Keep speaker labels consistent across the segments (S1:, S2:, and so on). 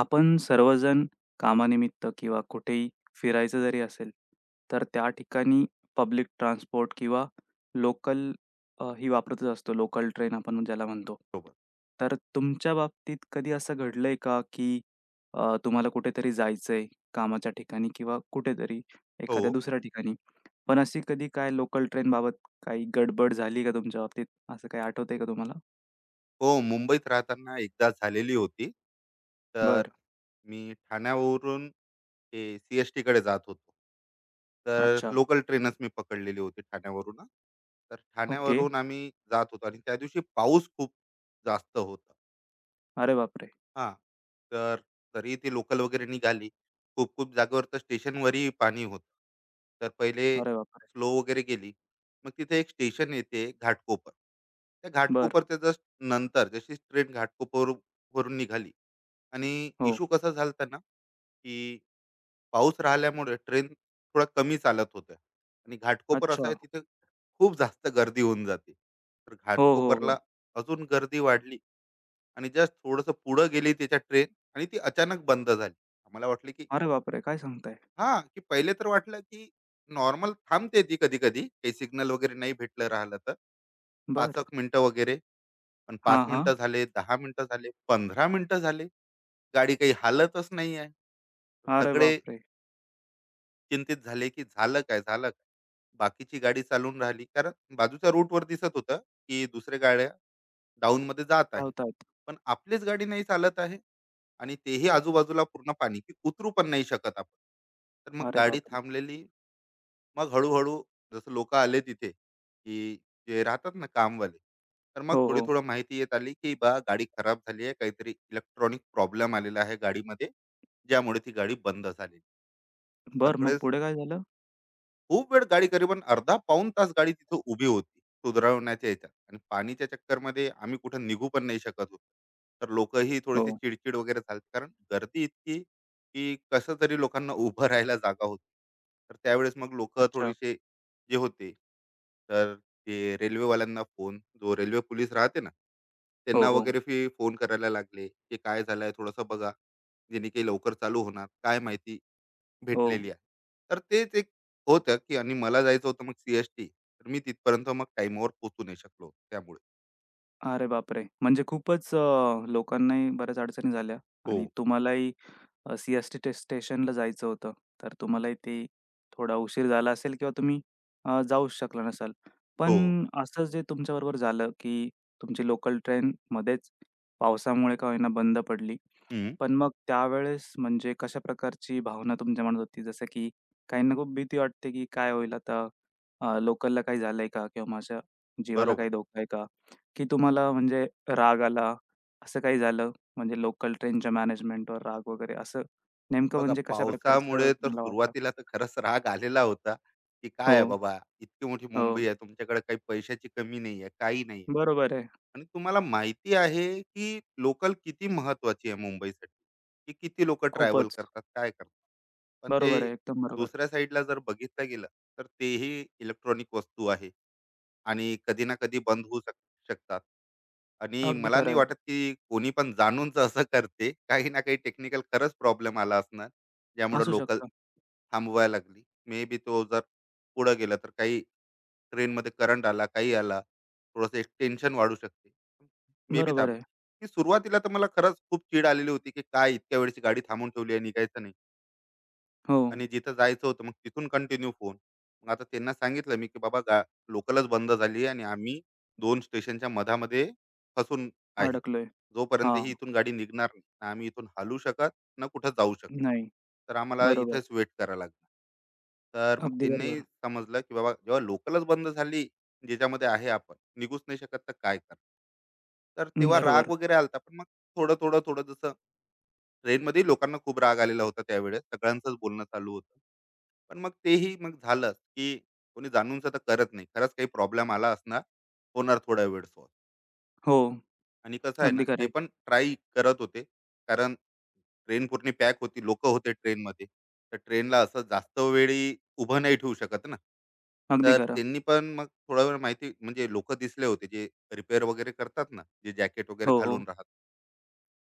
S1: आपण सर्वजण कामानिमित्त किंवा कुठेही फिरायचं जरी असेल, तर त्या ठिकाणी पब्लिक ट्रान्सपोर्ट किंवा लोकल ही वापरतच असतो. लोकल ट्रेन आपण ज्याला म्हणतो.
S2: सोबत.
S1: तर तुमच्या बाबतीत कधी असं घडलंय का, की तुम्हाला कुठेतरी जायचंय कामाच्या ठिकाणी किंवा कुठेतरी
S2: हो,
S1: एखाद्या दुसऱ्या ठिकाणी. पण अशी कधी काय लोकल ट्रेनबाबत काही गडबड झाली का तुमच्या बाबतीत? असं काही आठवतंय का तुम्हाला?
S2: हो. मुंबईत राहताना एकदा झालेली होती. तर
S1: बरं.
S2: मी ठाण्यावरून ते सी-एस-टीकडे जात होतो. तर
S1: अच्छा.
S2: लोकल ट्रेनच मी पकडलेली होती ठाण्यावरूनच. तर
S1: ओके.
S2: ठाण्यावरून आम्ही जात होतो आणि त्या दिवशी पाऊस खूप जास्त होता.
S1: अरे बापरे!
S2: हां. तर तरी ती लोकल वगैरे निघाली. खूप खूप जागेवर तर स्टेशनवरही पाणी होतं. तर पहिले
S1: अरे बापरे!
S2: स्लो वगैरे गेली. मग तिथे एक स्टेशन येते घाटकोपर. त्या
S1: बरं.
S2: घाटकोपरच्या जस्ट नंतर जशी ट्रेन घाटकोपर वरून निघाली आणि
S1: हो.
S2: इश्यू कसा झाला होता ना, की पाऊस राहिल्यामुळे ट्रेन थोडा कमी चालत होत्या आणि घाटकोपर असा
S1: अच्छा.
S2: आहे तिथे खूप जास्त गर्दी होऊन जाते. तर
S1: हो, हो,
S2: घाटकोपरला
S1: हो.
S2: अजून गर्दी वाढली. आणि जस्ट थोडंसं पुढं गेली त्याच्या ट्रेन आणि ती अचानक बंद झाली. आम्हाला वाटलं की
S1: अरे बापरे! काय सांगताय?
S2: हां, की पहिले तर वाटलं की नॉर्मल थांबते ती कधी-कधी काही सिग्नल वगैरे नाही भेटलं राहिलं तर. 5
S1: बरं.
S2: एक मिनिटं वगैरे, पण
S1: हां,
S2: 5
S1: हां.
S2: मिनिटं झाले, 10 मिनिटं झाले, 15 मिनिटं झाले. गाडी काही हालतच नाही आहे.
S1: अरे
S2: सगळे
S1: बापरे!
S2: चिंतित झाले की झालं काय? झालं काय? बाकीची गाडी चालून राहिली. कारण बाजूच्या रूटवर दिसत होतं की दुसऱ्या गाड्या डाउनमध्ये जात आहे.
S1: धावतात.
S2: पण आपलीच गाडी नाही चालत आहे. आणि तेही आजूबाजूला पूर्ण पाणी की उतरू पण नाही शकत आपण. तर मग
S1: अरे
S2: गाडी
S1: बापरे!
S2: थांबलेली. मग हळूहळू जसं लोक आले तिथे की जे राहतात ना कामवाले, तर मग
S1: हो,
S2: थोडी
S1: हो.
S2: थोडं माहिती येत आली की बा गाडी खराब झाली आहे, काहीतरी इलेक्ट्रॉनिक प्रॉब्लेम आलेला आहे गाडीमध्ये ज्यामुळे ती गाडी बंद झालेली. तर
S1: बरं, मग
S2: सगळेच
S1: पुढे काय झालं?
S2: खूप वेळ गाडी, करीबन अर्धा पाऊण तास गाडी तिथं उभी होती सुधारवण्याच्या याच्यात, आणि पाणीच्या चक्करमध्ये आम्ही कुठं निघू पण नाही शकत होतो. तर लोकही थोडेसे
S1: हो.
S2: चिडचिड वगैरे झाले कारण गर्दी इतकी की कसं तरी लोकांना उभं राहायला जागा होती. तर त्यावेळेस मग लोक
S1: अच्छा.
S2: थोडेसे जे होते, तर ते रेल्वेवाल्यांना फोन, जो रेल्वे पोलीस राहते ना
S1: हो,
S2: त्यांना
S1: हो.
S2: वगैरे फी फोन करायला लागले की काय झालंय थोडंसं बघा, जेणे काही लवकर चालू होणार काय माहिती
S1: हो.
S2: भेटलेली आहे. तर तेच एक होतं, की आणि मला जायचं होतं मग सी-एस-टी. तर मी तिथपर्यंत मग टाईमवर पोहोचू नाही शकलो त्यामुळे.
S1: अरे बापरे! म्हणजे खूपच, लोकांनाही बऱ्याच अडचणी झाल्या
S2: हो.
S1: आणि तुम्हालाही CST स्टेशनला जायचं होतं. तर तुम्हालाही ते थोडा उशीर झाला असेल किंवा तुम्ही, जाऊच शकला नसाल.
S2: हो.
S1: पण असं जे तुमच्याबरोबर झालं, की तुमची लोकल ट्रेन मध्येच पावसामुळे का होईना बंद पडली.
S2: हं.
S1: पण मग त्यावेळेस म्हणजे कशा प्रकारची भावना तुमच्या मनात होती? जसं की काहींना खूप भीती वाटते, की काय होईल आता? लोकलला काही झालंय का? किंवा माझ्या जीवाला
S2: बरोबर.
S1: काही धोका आहे का? की तुम्हाला म्हणजे राग आला, असं काही झालं? म्हणजे लोकल ट्रेनच्या मॅनेजमेंटवर राग वगैरे असं नेमकं
S2: बघा
S1: म्हणजे कशा प्रकारचं
S2: पावसामुळे तर
S1: तुम्हाला वाटलं?
S2: सुरुवातीला तर खरंच राग आलेला होता, की काय
S1: हो,
S2: आहे बाबा, इतकी मोठी
S1: हो.
S2: मुंबई आहे, तुमच्याकडे काही पैशाची कमी नाही आहे, काही नाही आहे.
S1: बरोबर आहे.
S2: आणि तुम्हाला माहिती आहे, की लोकल किती महत्त्वाची आहे मुंबईसाठी, की किती लोकं ट्रॅव्हल
S1: खूपच.
S2: करतात, काय करतात. पण
S1: बरोबर
S2: ते
S1: आहे. एकदम बरोबर.
S2: दुसऱ्या साईडला जर बघितलं गेलं, तर तेही इलेक्ट्रॉनिक वस्तू आहे. आणि कधी ना कधी बंद होऊ शकतात. आणि
S1: अगदी
S2: मला नाही
S1: खरं आहे.
S2: वाटत, की कोणी पण जाणूनच असं करते. काही ना काही टेक्निकल खरंच प्रॉब्लेम आला असणार, ज्यामुळे
S1: असू
S2: लोकल
S1: शकतं.
S2: थांबवायला लागली. मे बी तो जर पुढे गेला तर काही ट्रेनमध्ये करंट आला, काही आला, थोडंसं एक टेन्शन वाढू शकते. मे बी
S1: बरोबर
S2: थांबलं.
S1: आहे.
S2: की सुरुवातीला तर मला खरंच खूप चीड आलेली होती, की काय इतक्या वेळची गाडी थांबवून ठेवली आहे, निघायचं नाही.
S1: हो,
S2: आणि जिथं जायचं होतं मग तिथून कंटिन्यू फोन. मग आता त्यांना सांगितलं मी, की "बाबा लोकलच बंद झाली आणि आम्ही 2 स्टेशनच्या मधामध्ये फसून आहे.
S1: अडकलोय.
S2: जोपर्यंत
S1: हां.
S2: ही इथून गाडी निघणार नाही, ना आम्ही इथून हलू शकत, ना कुठं जाऊ शकत.
S1: नाही.
S2: तर आम्हाला
S1: बरोबर.
S2: इथेच वेट करावं लागणार." तर मग
S1: अगदी
S2: त्यांनाही
S1: बरोबर.
S2: समजलं, की बाबा जेव्हा लोकलच बंद झाली, ज्याच्यामध्ये आहे आपण, निघूच नाही शकत तर काय करणार? तर तेव्हा राग
S1: बरोबर.
S2: वगैरे आला पण मग थोडं, थोडं, थोडं जसं ट्रेनमध्ये लोकांना खूप राग आलेला होता त्यावेळेस. सगळ्यांचंच बोलणं चालू होतं. पण मग तेही मग झालं, की कोणी जाणून सुद्धा करत नाही. खरंच काही प्रॉब्लेम आला असणार, होणार थोडा वेळ सॉल्व्ह.
S1: हो,
S2: आणि कसं आहे ना,
S1: अगदी खरं
S2: ते
S1: आहे.
S2: पण ट्राय करत होते. कारण ट्रेन पूर्ण पॅक होती, लोकं होते ट्रेनमध्ये. तर ट्रेनला असं जास्त वेळी उभं नाही ठेवू शकत ना.
S1: अगदी
S2: तर
S1: खरं.
S2: त्यांनी पण मग थोडा वेळ माहिती, म्हणजे लोकं दिसले होते, जे रिपेअर वगैरे करतात ना, जे जॅकेट वगैरे
S1: हो,
S2: घालून
S1: हो.
S2: राहतात.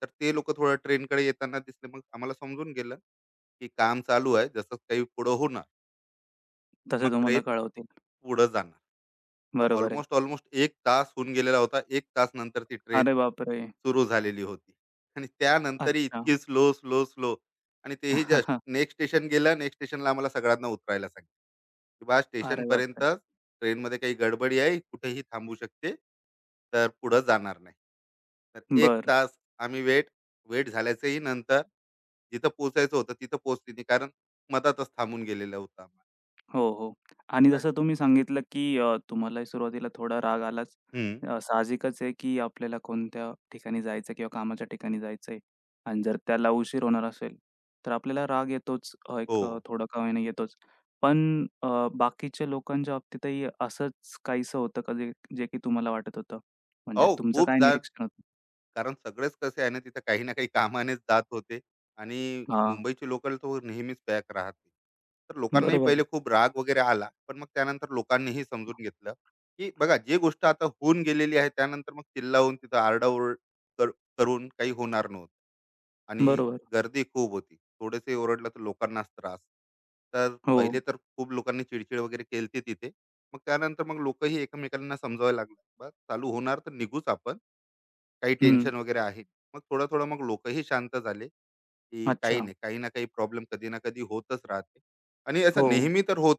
S2: तर ते लोकं थोडं ट्रेनकडे येताना दिसले. मग आम्हाला समजून गेलं, की काम चालू आहे. जसं काही पुढं होणार,
S1: तसे
S2: मग ट्रेन
S1: तुम्हाला कळवतील.
S2: पुढं जाणार. तर
S1: बरोबर आहे.
S2: ऑलमोस्ट ऑलमोस्ट 1 तास होऊन गेलेला होता. 1 तास नंतर ती ट्रेन
S1: अरे बापरे!
S2: सुरू झालेली होती. आणि त्यानंतरही
S1: अच्छा.
S2: इतकी स्लो, स्लो, स्लो आणि तेही जस्ट नेक्स्ट स्टेशन गेलं. नेक्स्ट स्टेशनला आम्हाला सगळ्यांना उतरायला सांगितलं, की "बाळा
S1: अरे
S2: स्टेशनपर्यंत
S1: बापरे!
S2: ट्रेनमध्ये काही गडबडी आहे. कुठेही थांबू शकते. तर पुढं जाणार नाही." तर 1
S1: बरं.
S2: तास आम्ही वेट वेट झाल्याचंही नंतर जिथं पोहोचायचं होतं तिथं पोहोचली नाही. कारण मधातच थांबून गेलेला होता आम्हाला.
S1: हो, हो. आणि
S2: तर
S1: जसं तुम्ही सांगितलं, की तुम्हालाही सुरुवातीला थोडा राग आलाच.
S2: हं.
S1: साहजिकच आहे, की आपल्याला कोणत्या ठिकाणी जायचं किंवा कामाच्या ठिकाणी जायचंय आणि जर त्याला उशीर होणार असेल, तर आपल्याला राग येतोच. अ,
S2: हो.
S1: एक अ, थोडा का होईना येतोच. पण बाकीच्या लोकांच्या बाबतीतही असंच काहीसं होतं का, जे जे की तुम्हाला वाटत होतं? म्हणजे
S2: अहो
S1: तुमचं
S2: खूप
S1: काय निरीक्षण होतं?
S2: कारण सगळेच कसे आहे ना तिथं काही ना काही कामानेच जात होते आणि
S1: हां.
S2: मुंबईची लोकल तर नेहमीच पॅक राहते. तर लोकांनाही
S1: बरोबर,
S2: पहिले खूप राग वगैरे आला पण मग त्यानंतर लोकांनीही समजून घेतलं की बघा जे गोष्ट आता होऊन गेलेली आहे त्यानंतर मग चिल्लावून तिथं आरडाओरड कर- करून काही होणार नव्हतं. आणि
S1: बरोबर.
S2: गर्दी खूप होती, थोडेसे ओरडलं तर लोकांनाच त्रास. तर
S1: हो.
S2: पहिले तर खूप लोकांनी चिडचिड वगैरे केलती तिथे. मग त्यानंतर मग लोकही एकमेकांना समजावायला लागले बस चालू होणार तर निघूच आपण, काही
S1: हं.
S2: टेन्शन वगैरे आहे. मग थोडं थोडं मग लोकही शांत झाले की काही
S1: अच्छा.
S2: नाही, काही ना काही प्रॉब्लेम कधी ना कधी होतच राहते आणि
S1: हो.
S2: असं नेहमी तर होत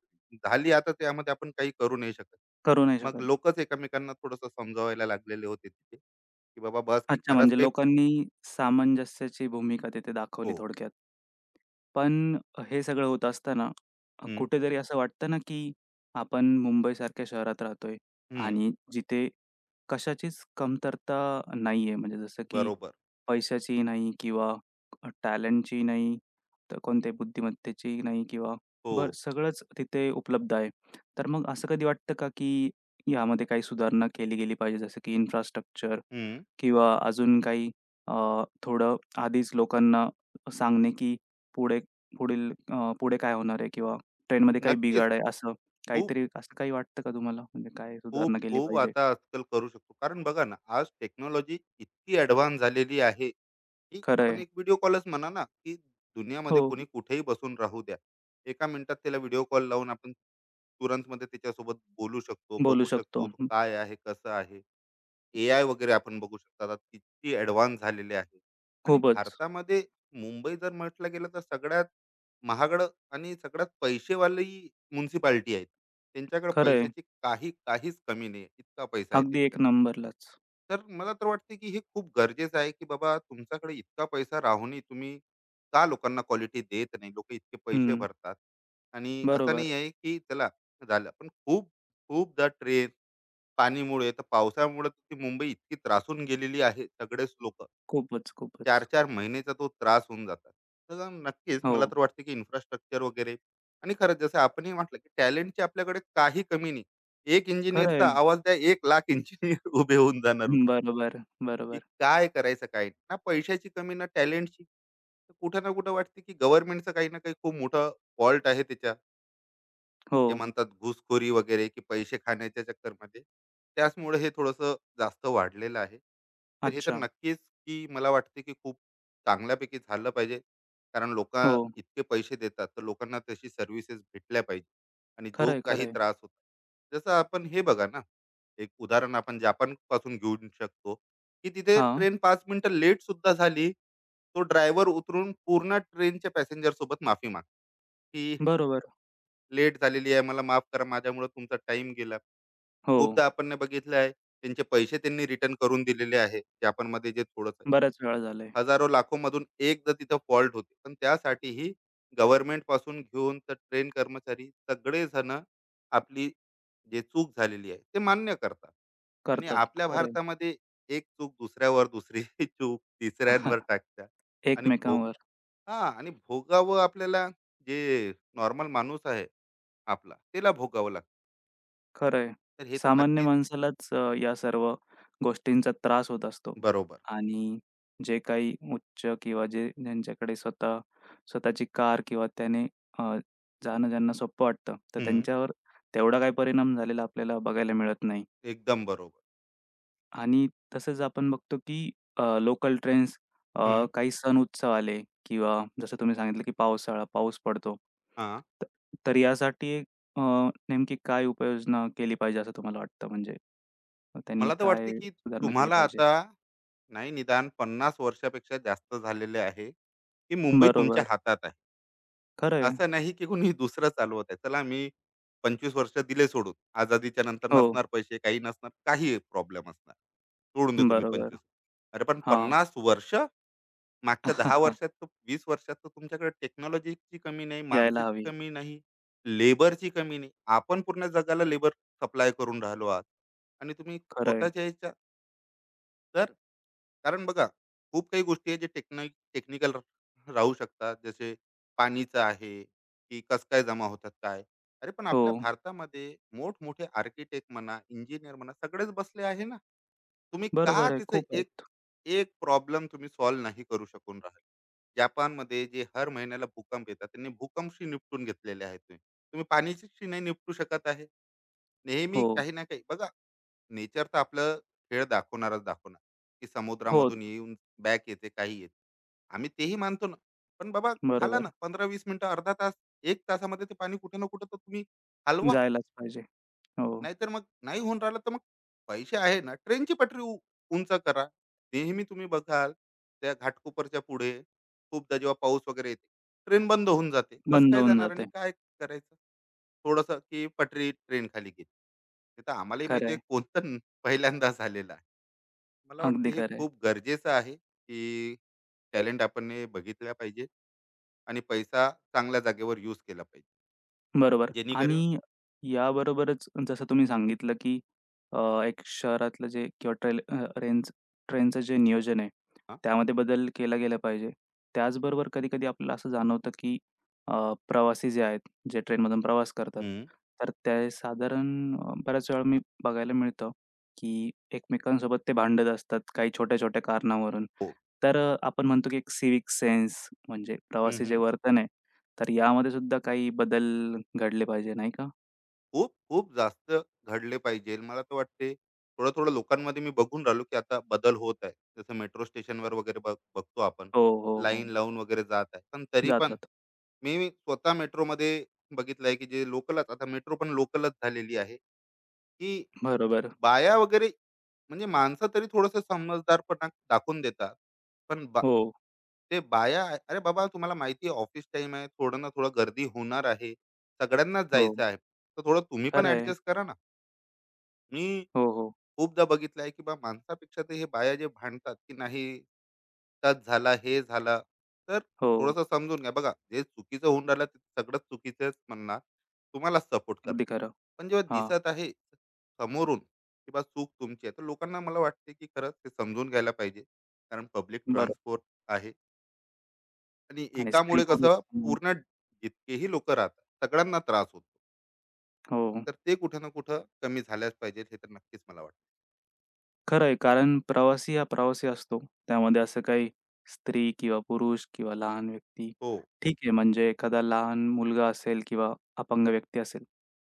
S2: झाली आता, त्यामध्ये आपण काही करू नाही शकत.
S1: करू नाही
S2: मग
S1: शकत.
S2: लोकच एकमेकांना थोडस समजावायला लागलेले होते तिथे की बाबा बस की
S1: अच्छा,
S2: खरंच
S1: म्हणजे
S2: काही.
S1: लोकांनी सामंजस्याची भूमिका तिथे
S2: हो.
S1: दाखवली थोडक्यात. पण हे सगळं होत असताना,
S2: हम्म,
S1: कुठेतरी असं वाटतं ना, की आपण मुंबईसारख्या शहरात राहतोय
S2: हम्म.
S1: आणि जिथे कशाचीच कमतरता नाहीये. म्हणजे जसं की
S2: बरोबर.
S1: पैशाचीही नाही किंवा, टॅलेंटची नाही, तर कोणत्याही बुद्धिमत्तेची नाही किंवा
S2: हो.
S1: बरं, सगळंच तिथे उपलब्ध आहे. तर मग असं कधी वाटतं का, की यामध्ये काही सुधारणा केली गेली पाहिजे, जसं की इन्फ्रास्ट्रक्चर
S2: हम्म.
S1: किंवा अजून काही, थोडं आधीच लोकांना सांगणे, की पुढे पुढे काय होणार आहे किंवा ट्रेनमध्ये काही
S2: नक्कीच
S1: बिघाड आहे असं
S2: खूप
S1: काहीतरी, असं काही वाटतं का तुम्हाला? म्हणजे काय
S2: खूप
S1: सुधारणा केली
S2: खूप
S1: पाहिजे?
S2: आता आजकाल करू शकतो, कारण बघा ना, आज टेक्नॉलॉजी इतकी ऍडव्हान्स झालेली आहे, की
S1: खरं
S2: आपण
S1: आहे.
S2: एक व्हिडिओ कॉलच म्हणा ना, की
S1: हो,
S2: दुनियामध्ये कोणी कुठेही बसून राहू द्या, एका मिनिटात त्याला व्हिडिओ कॉल लावून आपण तुरंतमध्ये त्याच्यासोबत बोलू शकतो,
S1: बोलू
S2: बघू
S1: शकतो.
S2: शकतो, तो
S1: हं,
S2: काय आहे, कसं आहे. एआय वगैरे आपण बघू शकता आता किती ॲडव्हान्स झालेले आहे. आणि
S1: खूपच.
S2: भारतामध्ये मुंबई जर म्हटलं गेलं तर सगळ्यात महागडं आणि सगळ्यात पैसेवाली म्युन्सिपाल्टी आहे. त्यांच्याकडे
S1: खरं आहे.
S2: पैशाची काही काहीच कमी नाही, इतका पैसा आहे
S1: अगदी एक
S2: त्यांच्यात.
S1: नंबरलाच.
S2: तर मला तर वाटते, की हे खूप गरजेचं आहे, की बाबा तुमच्याकडे इतका पैसा राहूनही तुम्ही का लोकांना क्वालिटी देत नाही? लोकं इतके पैसे
S1: हं,
S2: भरतात आणि असं
S1: बरोबर.
S2: नाही आहे, की चला झालं. पण खूप खूपदा ट्रेन पाणीमुळे, तर पावसामुळे ती मुंबई इतकी त्रासून गेलेली आहे, सगळेच लोकं.
S1: खूपच, खूपच.
S2: 4-4 महिन्याचा तो त्रास होऊन जातात. तर नक्कीच
S1: हो,
S2: मला तर वाटतं, की इन्फ्रास्ट्रक्चर वगैरे आणि खरंच जसं आपणही म्हटलं, की टॅलेंटची आपल्याकडे काही कमी नाही. एक
S1: खरं
S2: इंजिनिअरचा
S1: आहे.
S2: आवाज द्या, 1,00,000 इंजिनिअर उभे होऊन जाणार
S1: हं,
S2: उद्या,
S1: बरोबर,
S2: की
S1: बरोबर.
S2: काय करायचं काय नाही. ना पैशाची कमी, ना टॅलेंटची. कुठं ना कुठं वाटते, की गव्हर्नमेंटचं काही ना काही खूप मोठं फॉल्ट आहे त्याच्यात.
S1: हो.
S2: जे म्हणतात घुसखोरी वगैरे, की पैसे खाण्याच्या चक्करमध्ये त्याचमुळे हे थोडंसं जास्त वाढलेलं आहे. तर हे तर
S1: अच्छा.
S2: नक्कीच की मला वाटते की खूप चांगल्यापैकी झालं पाहिजे, कारण लोक
S1: हो.
S2: इतके पैसे देतात तर लोकांना तशी सर्व्हिसेस भेटल्या पाहिजे. आणि जो
S1: खरं आहे, खरं
S2: काही
S1: आहे.
S2: त्रास होता जसं आपण हे बघा ना, एक उदाहरण आपण जापान पासून घेऊन शकतो, की तिथे
S1: हां,
S2: ट्रेन 5 मिनिटं लेट सुद्धा झाली तो ड्रायव्हर उतरून पूर्ण ट्रेनच्या पॅसेंजर सोबत माफी माग, की
S1: बरोबर.
S2: लेट झालेली आहे, मला माफ करा, माझ्यामुळे तुमचा टाईम गेला.
S1: हो,
S2: खूपदा आपण ने बघितलं आहे त्यांचे पैसे त्यांनी रिटर्न करून दिलेले आहे जपानमध्ये जे थोडंसं.
S1: बऱ्याच वेळा झालंय.
S2: हजारो लाखोमधून एकदा तिथं फॉल्ट होते. पण त्यासाठीही गव्हर्नमेंटपासून घेऊन तर ट्रेन कर्मचारी सगळेजण आपली जे चूक झालेली आहे ते मान्य करतात. आणि
S1: करतात.
S2: आपल्या
S1: खरं आहे.
S2: भारतामध्ये एक चूक दुसऱ्यावर, दुसरी चूक तिसऱ्यांवर टाकतात. आणि भोग,
S1: एकमेकांवर.
S2: हां, आणि भोगावं आपल्याला, जे नॉर्मल माणूस आहे आपला, त्याला भोगावं लागतं.
S1: खरं आहे.
S2: तर हे तर
S1: सामान्य
S2: नक्कीच.
S1: माणसालाच, या सर्व गोष्टींचा त्रास होत असतो
S2: बरोबर.
S1: आणि जे काही उच्च किंवा जे ज्यांच्याकडे स्वतःची कार किंवा त्याने, अ, जाणं ज्यांना सोपं वाटतं, तर
S2: हं.
S1: त्यांच्यावर तेवढा काही परिणाम झालेला आपल्याला बघायला मिळत नाही.
S2: एकदम बरोबर.
S1: आणि तसंच आपण बघतो की लोकल ट्रेन्स,
S2: हं.
S1: काही सण उत्सव आले किंवा जसं तुम्ही सांगितलं की पावसाळा, पाऊस पडतो.
S2: हां.
S1: त तर यासाठी एक, अ, नेमकी काय उपाययोजना केली पाहिजे असं तुम्हाला वाटतं म्हणजे? मग त्यांनी
S2: मला तर
S1: काय
S2: वाटते, की
S1: सुधारणा केली
S2: तुम्हाला
S1: पाहिजे?
S2: आता नाही निदान 50 वर्षापेक्षा जास्त झालेले आहे, की मुंबई तुमच्या
S1: बरोबर.
S2: हातात आहे.
S1: खरं
S2: असं नाही, की कोणी दुसरं चालवत आहे. चला मी 25 वर्ष दिले सोडून. आझादीच्या नंतर
S1: हो.
S2: नसणार पैसे, काही नसणार, काही प्रॉब्लेम असणार. सोडून दे तुम्ही
S1: बरोबर.
S2: 25. अरे पण
S1: हां.
S2: 50 वर्ष मागच्या 10 वर्षात, 20 वर्षात तर तुमच्याकडे टेक्नॉलॉजीची कमी नाही,
S1: यायला हवी.
S2: माणसाची कमी नाही, लेबरची कमी नाही. आपण पूर्ण जगाला लेबर सप्लाय करून राहिलो आहात आणि तुम्ही
S1: खरं
S2: स्वतःच्या ह्याच्या. तर कारण बघा खूप काही गोष्टी आहेत जे टेक्निकल राहू शकतात जसे पाणीचं आहे की कस काय जमा होतात काय. अरे पण
S1: हो.
S2: आपल्या भारतामध्ये मोठमोठे आर्किटेक्ट म्हणा, इंजिनियर म्हणा, सगळेच बसले आहे ना. तुम्ही का
S1: बरोबर आहे.
S2: तिथे
S1: खूप
S2: एक
S1: आहेत.
S2: एक प्रॉब्लेम तुम्ही सॉल्व्ह नाही करू शकून राहिले. जपानमध्ये जे हर महिन्याला भूकंप येतात त्यांनी भूकंपशी निपटून घेतलेले आहेत ते. तुम्ही पाणीशी नाही निपटू शकत आहे. नेहमी
S1: हो.
S2: काही ना काही बघा, नेचर तर आपलं खेळ दाखवणारच दाखवणार, की
S1: हो.
S2: समुद्रामधून येऊन बॅक येते, काही येते, आम्ही तेही मानतो ना. पण बाबा झालं ना,
S1: बरोबर.
S2: 15 20 मिनिटं, अर्धा तास, एक तासामध्ये ते पाणी कुठे ना कुठे तर तुम्ही हलवा.
S1: जायलाच पाहिजे. हो.
S2: नाहीतर मग नाही होऊन राहिलं तर मग पैसे आहे ना, ट्रेनची पटरी उंच करा. नेहमी तुम्ही बघाल त्या घाटकोपरच्या पुढे, खूपदा जेव्हा पाऊस वगैरे येते ट्रेन बंद होऊन जाते, कसं
S1: बंद
S2: काय
S1: होऊन
S2: जाणार आणि
S1: जाते.
S2: काय करायचं. थोडस की पटरी ट्रेन खाली गेली, हे तर आम्हालाही माहिती आहे
S1: खरं,
S2: कोणतं पहिल्यांदा झालेलं आहे. मला वाटतं
S1: अगदी
S2: हे
S1: खरं.
S2: खूप गरजेचं आहे की टॅलेंट आपण हे बघितल्या पाहिजे आणि पैसा चांगल्या जागेवर यूज केला पाहिजे
S1: बरोबर.
S2: जेणेकरून.
S1: आणि याबरोबरच जसं तुम्ही सांगितलं, की एक शहरातलं जे किंवा रेंज ट्रेनचं जे नियोजन आहे,
S2: हा?
S1: त्यामध्ये बदल केला गेला पाहिजे. त्याचबरोबर कधी-कधी आपल्याला असं जाणवतं, की प्रवासी जे आहेत, जे ट्रेनमधून प्रवास करतात,
S2: हम्म.
S1: तर ते साधारण, बऱ्याच वेळा मी बघायला मिळतं, की एकमेकांसोबत ते भांडत असतात काही छोट्या-छोट्या कारणावरून.
S2: हो.
S1: तर, आपण म्हणतो, की एक सिव्हिक सेन्स म्हणजे
S2: हम्म,
S1: प्रवासी जे
S2: हम्म.
S1: वर्तन आहे, तर यामध्ये सुद्धा काही बदल घडले पाहिजे, नाही का?
S2: खूप खूप जास्त घडले पाहिजे मला तर वाटते. थोडं थोडं लोकांमध्ये मी बघून राहिलो की आता बदल होत आहे, जसं मेट्रो स्टेशनवर वगैरे बघतो आपण,
S1: हो, हो, हो.
S2: लाईन लावून वगैरे जात आहे, पण तरी पण
S1: जातात.
S2: मी स्वतः मेट्रोमध्ये बघितलंय की जे लोकलच आता मेट्रो पण लोकलच झालेली आहे की
S1: बरोबर.
S2: बाया वगैरे, म्हणजे माणसं तरी थोडंसं समजदारपणा दाखवून देतात. पण बा
S1: हो,
S2: ते बाया आहे- "अरे बाबा तुम्हाला माहिती आहे ऑफिस टाईम आहे, थोडं ना थोडं गर्दी होणार आहे. सगळ्यांनाच
S1: हो.
S2: जायचं आहे. तर थोडं तुम्ही पण
S1: खरं आहे.
S2: ॲडजस्ट करा ना. मी
S1: हो, हो,
S2: खूपदा बघितलं आहे, की बा माणसापेक्षा ते हे बाया जे भांडतात, की नाही टच झाला, हे झाला. तर
S1: हो.
S2: थोडंसं समजून घ्या. बघा, जे चुकीचं होऊन राहिलं ते सगळंच चुकीचंच म्हणणार, तुम्हालाच सपोर्ट करणार.
S1: अगदी खरं.
S2: पण जेव्हा
S1: हां,
S2: दिसत आहे समोरून, की बा चूक तुमची आहे, तर लोकांना मला वाटते, की खरंच ते समजून घ्यायला पाहिजे. कारण पब्लिक
S1: बरं.
S2: ट्रान्सपोर्ट आहे आणि
S1: आणि
S2: एकामुळे
S1: स्त्री-पुरुष
S2: कसं
S1: समान.
S2: पूर्ण जितकेही लोकं राहतात, सगळ्यांना त्रास होतो.
S1: हो,
S2: तर ते कुठे ना कुठं कमी झाल्याच पाहिजेत, हे तर नक्कीच मला वाटतं.
S1: खरं आहे. कारण प्रवासी हा प्रवासी असतो. त्यामध्ये असं काही स्त्री किंवा पुरुष किंवा लहान व्यक्ती
S2: हो.
S1: ठीक आहे, म्हणजे एखादा लहान मुलगा असेल किंवा अपंग व्यक्ती असेल,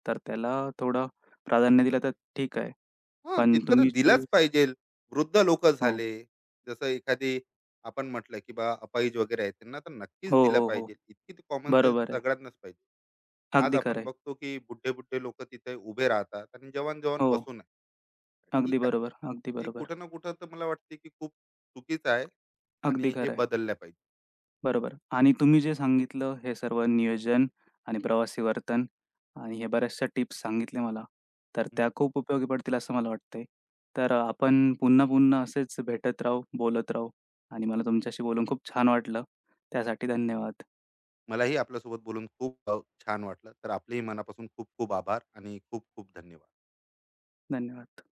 S1: तर त्याला थोडं प्राधान्य दिलं तर ठीक आहे.
S2: हां,
S1: पण
S2: तितकं तर
S1: तुम्ही जे
S2: दिलाच पाहिजे. वृद्ध लोक
S1: हो,
S2: झाले, जसं एखादी आपण म्हटलं, की बा अपाहिज वगैरे आहे, त्यांना तर नक्कीच
S1: हो,
S2: दिलं
S1: हो, हो.
S2: पाहिजे. इतकी तर कॉमन सेन्स
S1: बरोबर आहे.
S2: सगळ्यांनाच पाहिजे. आज
S1: अगदी खरं
S2: आपण
S1: आहे.
S2: बघतो, की बुड्ढे-बुड्ढे लोक तिथे उभे राहतात आणि जवान-जवान
S1: हो,
S2: बसून आहे.
S1: अगदी
S2: ठीक आहे.
S1: बरोबर, अगदी
S2: हे
S1: बरोबर.
S2: कुठं ना कुठं तर मला वाटते, की खूप चुकीचं आहे
S1: अगदी
S2: आणि हे
S1: खरं आहे.
S2: बदललं पाहिजे.
S1: बरोबर. आणि तुम्ही जे सांगितलं हे सर्व नियोजन आणि प्रवासी वर्तन आणि हे बऱ्याचशा टिप्स सांगितल्या मला. तर त्या
S2: हं.
S1: खूप उपयोगी पडतील असं मला वाटतंय. तर, आपण पुन्हा-पुन्हा असेच भेटत राहू, बोलत राहू आणि मला तुमच्याशी बोलून खूप छान वाटलं. त्यासाठी धन्यवाद.
S2: मलाही आपल्यासोबत बोलून खूप छान वाटलं. तर आपलेही मनापासून खूप खूप आभार आणि खूप खूप धन्यवाद.
S1: धन्यवाद.